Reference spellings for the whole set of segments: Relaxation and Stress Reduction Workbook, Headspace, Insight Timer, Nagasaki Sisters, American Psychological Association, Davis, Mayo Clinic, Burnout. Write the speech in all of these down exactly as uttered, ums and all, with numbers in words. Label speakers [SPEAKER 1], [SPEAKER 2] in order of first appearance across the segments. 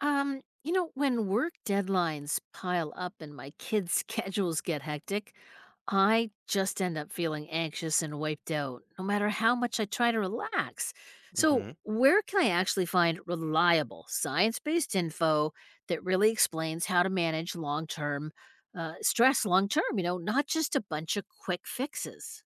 [SPEAKER 1] Um, you know, when work deadlines pile up and my kids' schedules get hectic, I just end up feeling anxious and wiped out, no matter how much I try to relax. So,
[SPEAKER 2] hmm
[SPEAKER 1] where can I actually find reliable science based info that really explains how to manage long term uh, stress long term? You know, Not just a bunch of quick fixes.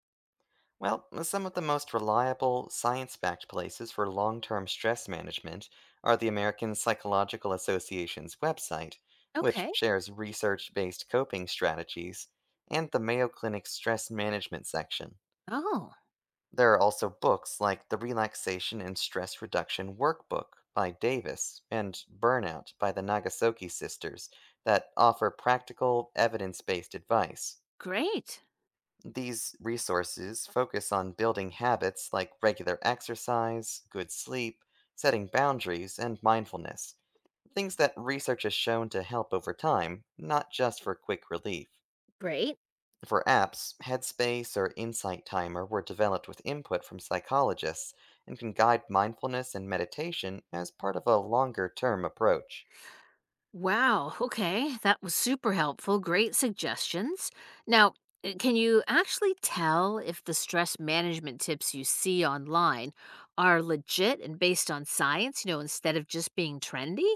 [SPEAKER 2] Well, uh, some of the most reliable, science backed places for long term stress management are the American Psychological Association's website, which
[SPEAKER 1] Okay.
[SPEAKER 2] shares research based coping strategies, and the Mayo Clinic's stress management section.
[SPEAKER 1] Oh,
[SPEAKER 2] There are also books like the Relaxation and Stress Reduction Workbook by Davis and Burnout by the Nagasaki Sisters that offer practical, evidence based advice.
[SPEAKER 1] great.
[SPEAKER 2] These resources focus on building habits like regular exercise, good sleep, setting boundaries, and mindfulness. Things that research has shown to help over time, not just for quick relief.
[SPEAKER 1] Great.
[SPEAKER 2] For apps, Headspace or Insight Timer were developed with input from psychologists and can guide mindfulness and meditation as part of a longer term approach.
[SPEAKER 1] Wow. Okay. That was super helpful. Great suggestions. Now, uh, can you actually tell if the stress management tips you see online are legit and based on science, you know, instead of just being trendy?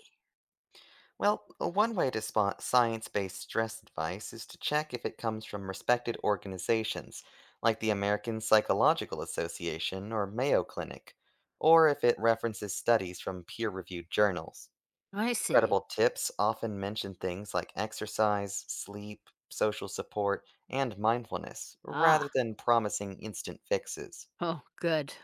[SPEAKER 2] Well, uh, one way to spot science based stress advice is to check if it comes from respected organizations, like the American Psychological Association or Mayo Clinic, or if it references studies from peer reviewed journals.
[SPEAKER 1] I see.
[SPEAKER 2] Credible tips often mention things like exercise, sleep, social support, and mindfulness,
[SPEAKER 1] Ah,
[SPEAKER 2] rather than promising instant fixes.
[SPEAKER 1] oh, good.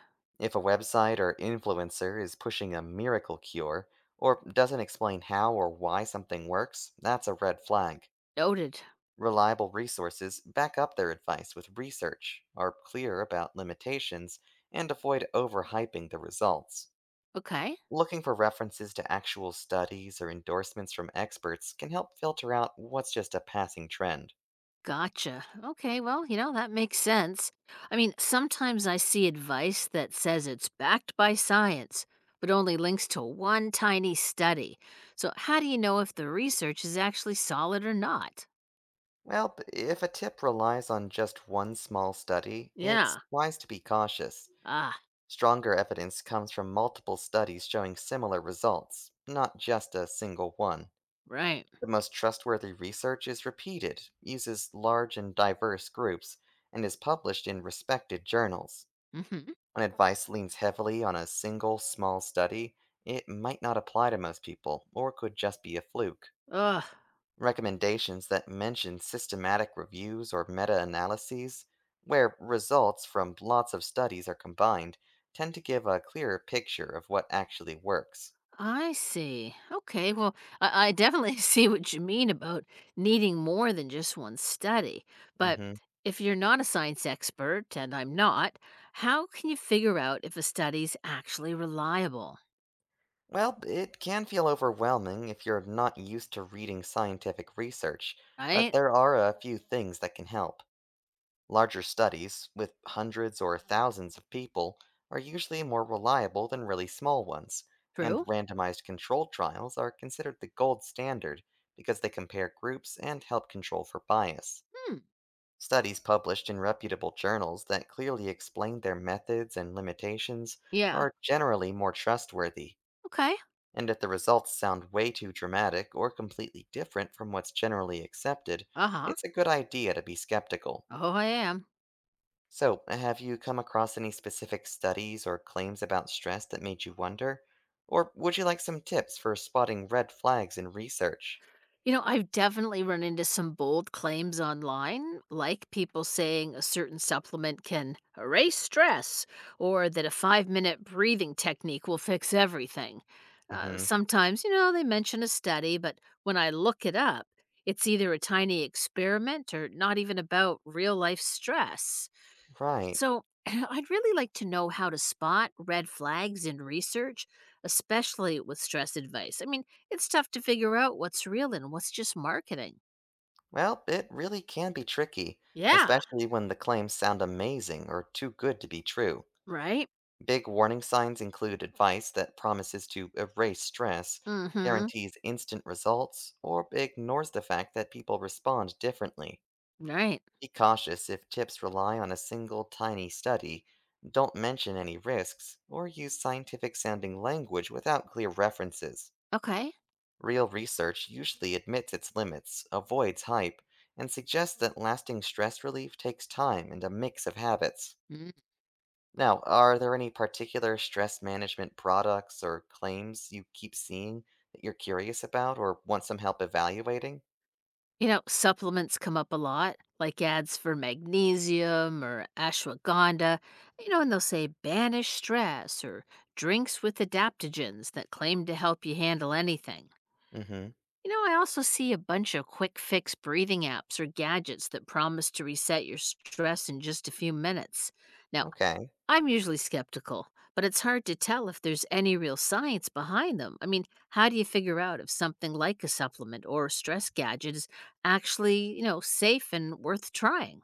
[SPEAKER 2] If a website or influencer is pushing a miracle cure or doesn't explain how or why something works, that's a red flag.
[SPEAKER 1] Noted.
[SPEAKER 2] Reliable resources back up their advice with research, are clear about limitations, and avoid overhyping the results.
[SPEAKER 1] Okay.
[SPEAKER 2] Looking for references to actual studies or endorsements from experts can help filter out what's just a passing trend.
[SPEAKER 1] Gotcha. Okay, well, you know, that makes sense. I mean, sometimes I see advice that says it's backed by science, but only links to one tiny study. So, how do you know if the research is actually solid or not?
[SPEAKER 2] Well, if a tip relies on just one small study, it's
[SPEAKER 1] Yeah.
[SPEAKER 2] wise to be cautious.
[SPEAKER 1] Ah,
[SPEAKER 2] Stronger evidence comes from multiple studies showing similar results, not just a single one.
[SPEAKER 1] right.
[SPEAKER 2] The most trustworthy research is repeated, uses large and diverse groups, and is published in respected journals.
[SPEAKER 1] Mm hmm.
[SPEAKER 2] When advice leans heavily on a single small study, it might not apply to most people or could just be a fluke.
[SPEAKER 1] Ugh.
[SPEAKER 2] Recommendations that mention systematic reviews or meta analyses, where results from lots of studies are combined, tend to give a clearer picture of what actually works.
[SPEAKER 1] I see. Okay, well, I, I definitely see what you mean about needing more than just one study. But
[SPEAKER 2] hmm
[SPEAKER 1] if you're not a science expert, and I'm not, how can you figure out if a study's actually reliable?
[SPEAKER 2] Well, it can feel overwhelming if you're not used to reading scientific research, but
[SPEAKER 1] Right?
[SPEAKER 2] there are a few things that can help. Larger studies, with hundreds or thousands of people, are usually more reliable than really small ones, and
[SPEAKER 1] True?
[SPEAKER 2] randomized controlled trials are considered the gold standard because they compare groups and help control for bias.
[SPEAKER 1] Hmm.
[SPEAKER 2] Studies published in reputable journals that clearly explain their methods and limitations
[SPEAKER 1] Yeah.
[SPEAKER 2] are generally more trustworthy,
[SPEAKER 1] Okay.
[SPEAKER 2] and if the results sound way too dramatic or completely different from what's generally accepted,
[SPEAKER 1] Uh huh.
[SPEAKER 2] it's a good idea to be skeptical.
[SPEAKER 1] Oh, I am.
[SPEAKER 2] So, have you come across any specific studies or claims about stress that made you wonder? Or would you like some tips for spotting red flags in research?
[SPEAKER 1] You know, I've definitely run into some bold claims online, like people saying a certain supplement can erase stress or that a five minute breathing technique will fix everything. Uh,
[SPEAKER 2] Hmm.
[SPEAKER 1] sometimes, you know, they mention a study, but when I look it up, it's either a tiny experiment or not even about real life stress.
[SPEAKER 2] Right.
[SPEAKER 1] So, I'd really like to know how to spot red flags in research, especially with stress advice. I mean, it's tough to figure out what's real and what's just marketing.
[SPEAKER 2] Well, it really can be tricky,
[SPEAKER 1] Yeah,
[SPEAKER 2] especially when the claims sound amazing or too good to be true.
[SPEAKER 1] right?
[SPEAKER 2] Big warning signs include advice that promises to erase stress,
[SPEAKER 1] Mm-hmm.
[SPEAKER 2] guarantees instant results, or ignores the fact that people respond differently.
[SPEAKER 1] Right.
[SPEAKER 2] Be cautious if tips rely on a single tiny study, don't mention any risks, or use scientific sounding language without clear references.
[SPEAKER 1] Okay.
[SPEAKER 2] Real research usually admits its limits, avoids hype, and suggests that lasting stress relief takes time and a mix of habits.
[SPEAKER 1] Mm.
[SPEAKER 2] Now, are there any particular stress management products or claims you keep seeing that you're curious about or want some help evaluating?
[SPEAKER 1] You know, supplements come up a lot, like ads for magnesium or ashwagandha, you know, and they'll say banish stress or drinks with adaptogens that claim to help you handle anything.
[SPEAKER 2] Mm hmm.
[SPEAKER 1] You know, I also see a bunch of quick fix breathing apps or gadgets that promise to reset your stress in just a few minutes. Now,
[SPEAKER 2] Okay.
[SPEAKER 1] I'm usually skeptical, but it's hard to tell if there's any real science behind them. I mean, how do you figure out if something like a supplement or a stress gadget is actually, you know, safe and worth trying?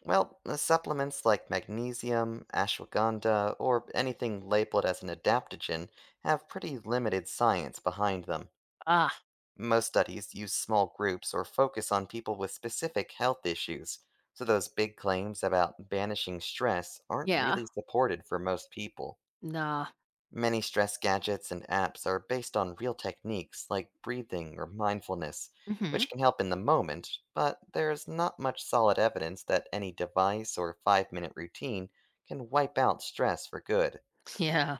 [SPEAKER 2] Well, uh, supplements like magnesium, ashwagandha, or anything labeled as an adaptogen have pretty limited science behind them.
[SPEAKER 1] Ah,
[SPEAKER 2] Most studies use small groups or focus on people with specific health issues, so those big claims about banishing stress aren't
[SPEAKER 1] yeah.
[SPEAKER 2] really supported for most people.
[SPEAKER 1] Nah.
[SPEAKER 2] Many stress gadgets and apps are based on real techniques like breathing or mindfulness,
[SPEAKER 1] Hmm.
[SPEAKER 2] which can help in the moment, but there's not much solid evidence that any device or five minute routine can wipe out stress for good.
[SPEAKER 1] Yeah.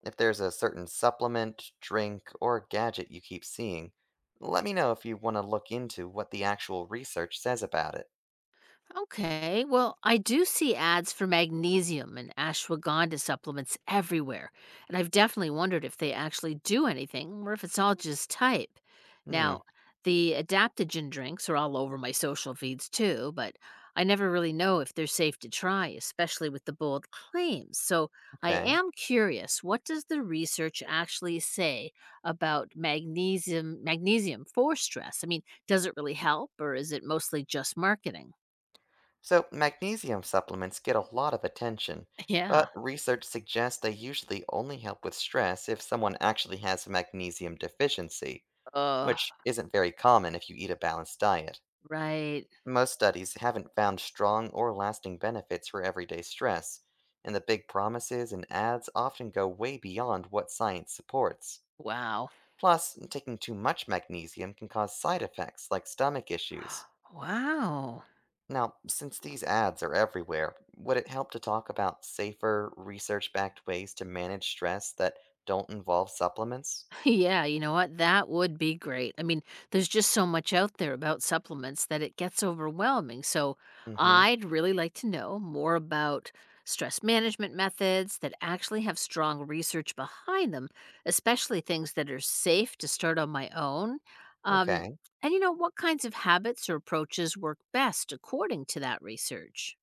[SPEAKER 2] If there's a certain supplement, drink, or gadget you keep seeing, let me know if you want to look into what the actual research says about it.
[SPEAKER 1] Okay, well, I do see ads for magnesium and ashwagandha supplements everywhere, and I've definitely wondered if they actually do anything or if it's all just type.
[SPEAKER 2] Hmm,
[SPEAKER 1] Now, the adaptogen drinks are all over my social feeds too, but I never really know if they're safe to try, especially with the bold claims. So I
[SPEAKER 2] okay.
[SPEAKER 1] am curious, what does the research actually say about magnesium magnesium for stress? I mean, does it really help or is it mostly just marketing?
[SPEAKER 2] So, magnesium supplements get a lot of attention,
[SPEAKER 1] Yeah.
[SPEAKER 2] but research suggests they usually only help with stress if someone actually has a magnesium deficiency,
[SPEAKER 1] Uh,
[SPEAKER 2] which isn't very common if you eat a balanced diet.
[SPEAKER 1] right.
[SPEAKER 2] Most studies haven't found strong or lasting benefits for everyday stress, and the big promises and ads often go way beyond what science supports.
[SPEAKER 1] Wow.
[SPEAKER 2] Plus, taking too much magnesium can cause side effects like stomach issues.
[SPEAKER 1] Wow.
[SPEAKER 2] Now, since these ads are everywhere, would it help to talk about safer, research backed ways to manage stress that don't involve supplements?
[SPEAKER 1] Yeah, you know what? That would be great. I mean, there's just so much out there about supplements that it gets overwhelming. So,
[SPEAKER 2] Mm hmm.
[SPEAKER 1] I'd really like to know more about stress management methods that actually have strong research behind them, especially things that are safe to start on my own. Um,
[SPEAKER 2] Okay.
[SPEAKER 1] and, you know, what kinds of habits or approaches work best according to that research?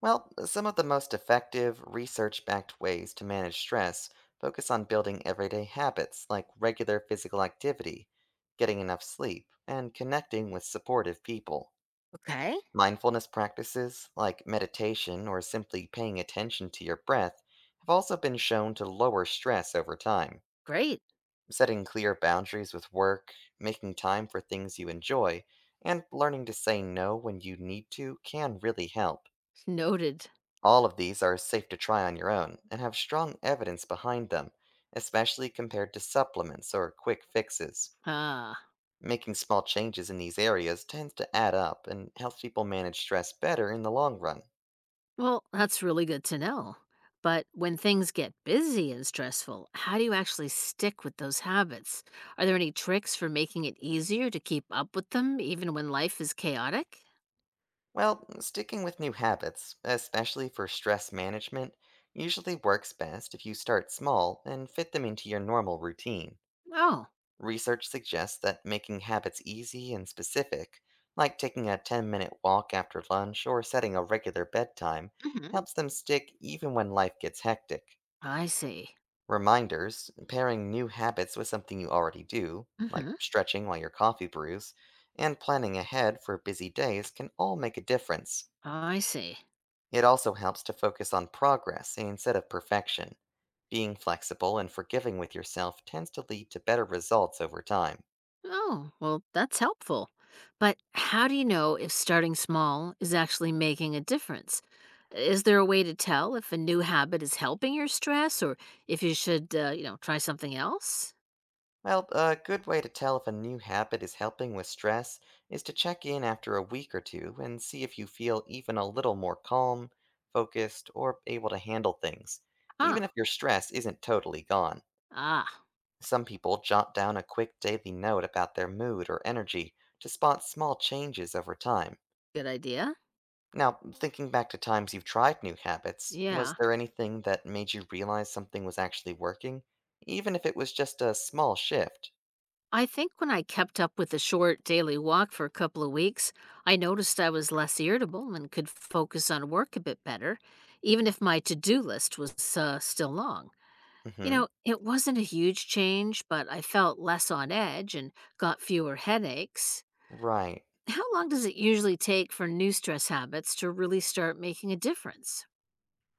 [SPEAKER 2] Well, some of the most effective, research backed ways to manage stress focus on building everyday habits like regular physical activity, getting enough sleep, and connecting with supportive people.
[SPEAKER 1] Okay,
[SPEAKER 2] Mindfulness practices like meditation or simply paying attention to your breath have also been shown to lower stress over time.
[SPEAKER 1] great.
[SPEAKER 2] Setting clear boundaries with work, making time for things you enjoy, and learning to say no when you need to can really help.
[SPEAKER 1] Noted.
[SPEAKER 2] All of these are safe to try on your own and have strong evidence behind them, especially compared to supplements or quick fixes.
[SPEAKER 1] Ah,
[SPEAKER 2] Making small changes in these areas tends to add up and helps people manage stress better in the long run.
[SPEAKER 1] well, that's really good to know. But when things get busy and stressful, how do you actually stick with those habits? Are there any tricks for making it easier to keep up with them even when life is chaotic?
[SPEAKER 2] Well, sticking with new habits, especially for stress management, usually works best if you start small and fit them into your normal routine.
[SPEAKER 1] Oh,
[SPEAKER 2] Research suggests that making habits easy and specific, like taking a ten minute walk after lunch or setting a regular bedtime,
[SPEAKER 1] hmm.
[SPEAKER 2] helps them stick even when life gets hectic.
[SPEAKER 1] I see.
[SPEAKER 2] Reminders, pairing new habits with something you already do, like
[SPEAKER 1] Hmm.
[SPEAKER 2] stretching while your coffee brews, and planning ahead for busy days can all make a difference.
[SPEAKER 1] I see.
[SPEAKER 2] It also helps to focus on progress instead of perfection. Being flexible and forgiving with yourself tends to lead to better results over time.
[SPEAKER 1] Oh, well, that's helpful. But how do you know if starting small is actually making a difference? Is there a way to tell if a new habit is helping your stress or if you should, uh, you know, try something else?
[SPEAKER 2] Well, a good way to tell if a new habit is helping with stress is to check in after a week or two and see if you feel even a little more calm, focused, or able to handle things,
[SPEAKER 1] Huh.
[SPEAKER 2] even if your stress isn't totally gone.
[SPEAKER 1] Ah,
[SPEAKER 2] Some people jot down a quick daily note about their mood or energy to spot small changes over time.
[SPEAKER 1] good idea.
[SPEAKER 2] Now, thinking back to times you've tried new habits, was
[SPEAKER 1] Yeah.
[SPEAKER 2] there anything that made you realize something was actually working, even if it was just a small shift?
[SPEAKER 1] I think when I kept up with the short daily walk for a couple of weeks, I noticed I was less irritable and could focus on work a bit better, even if my to do list was uh, still long. You
[SPEAKER 2] Hmm.
[SPEAKER 1] know, it wasn't a huge change, but I felt less on edge and got fewer headaches.
[SPEAKER 2] Right.
[SPEAKER 1] How long does it usually take for new stress habits to really start making a difference?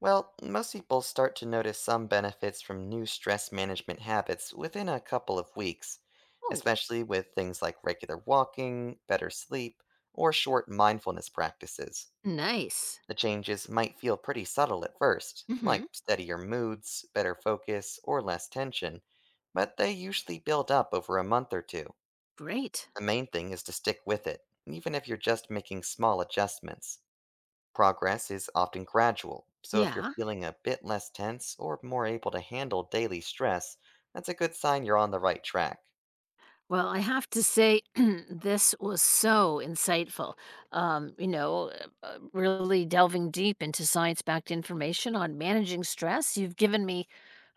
[SPEAKER 2] Well, most people start to notice some benefits from new stress management habits within a couple of weeks,
[SPEAKER 1] Oh,
[SPEAKER 2] especially with things like regular walking, better sleep, or short mindfulness practices.
[SPEAKER 1] nice.
[SPEAKER 2] The changes might feel pretty subtle at first,
[SPEAKER 1] Mm hmm.
[SPEAKER 2] like steadier moods, better focus, or less tension, but they usually build up over a month or two.
[SPEAKER 1] Great.
[SPEAKER 2] The main thing is to stick with it, even if you're just making small adjustments. Progress is often gradual, so if you're
[SPEAKER 1] Yeah.
[SPEAKER 2] feeling a bit less tense or more able to handle daily stress, that's a good sign you're on the right track.
[SPEAKER 1] Well, I have to say, this was so insightful. Um, you know, uh, uh, really delving deep into science backed information on managing stress. You've given me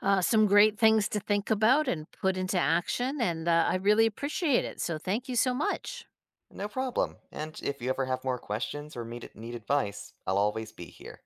[SPEAKER 1] uh, some great things to think about and put into action, and uh, I really appreciate it. So, thank you so much.
[SPEAKER 2] No problem, and if you ever have more questions or need, need advice, I'll always be here.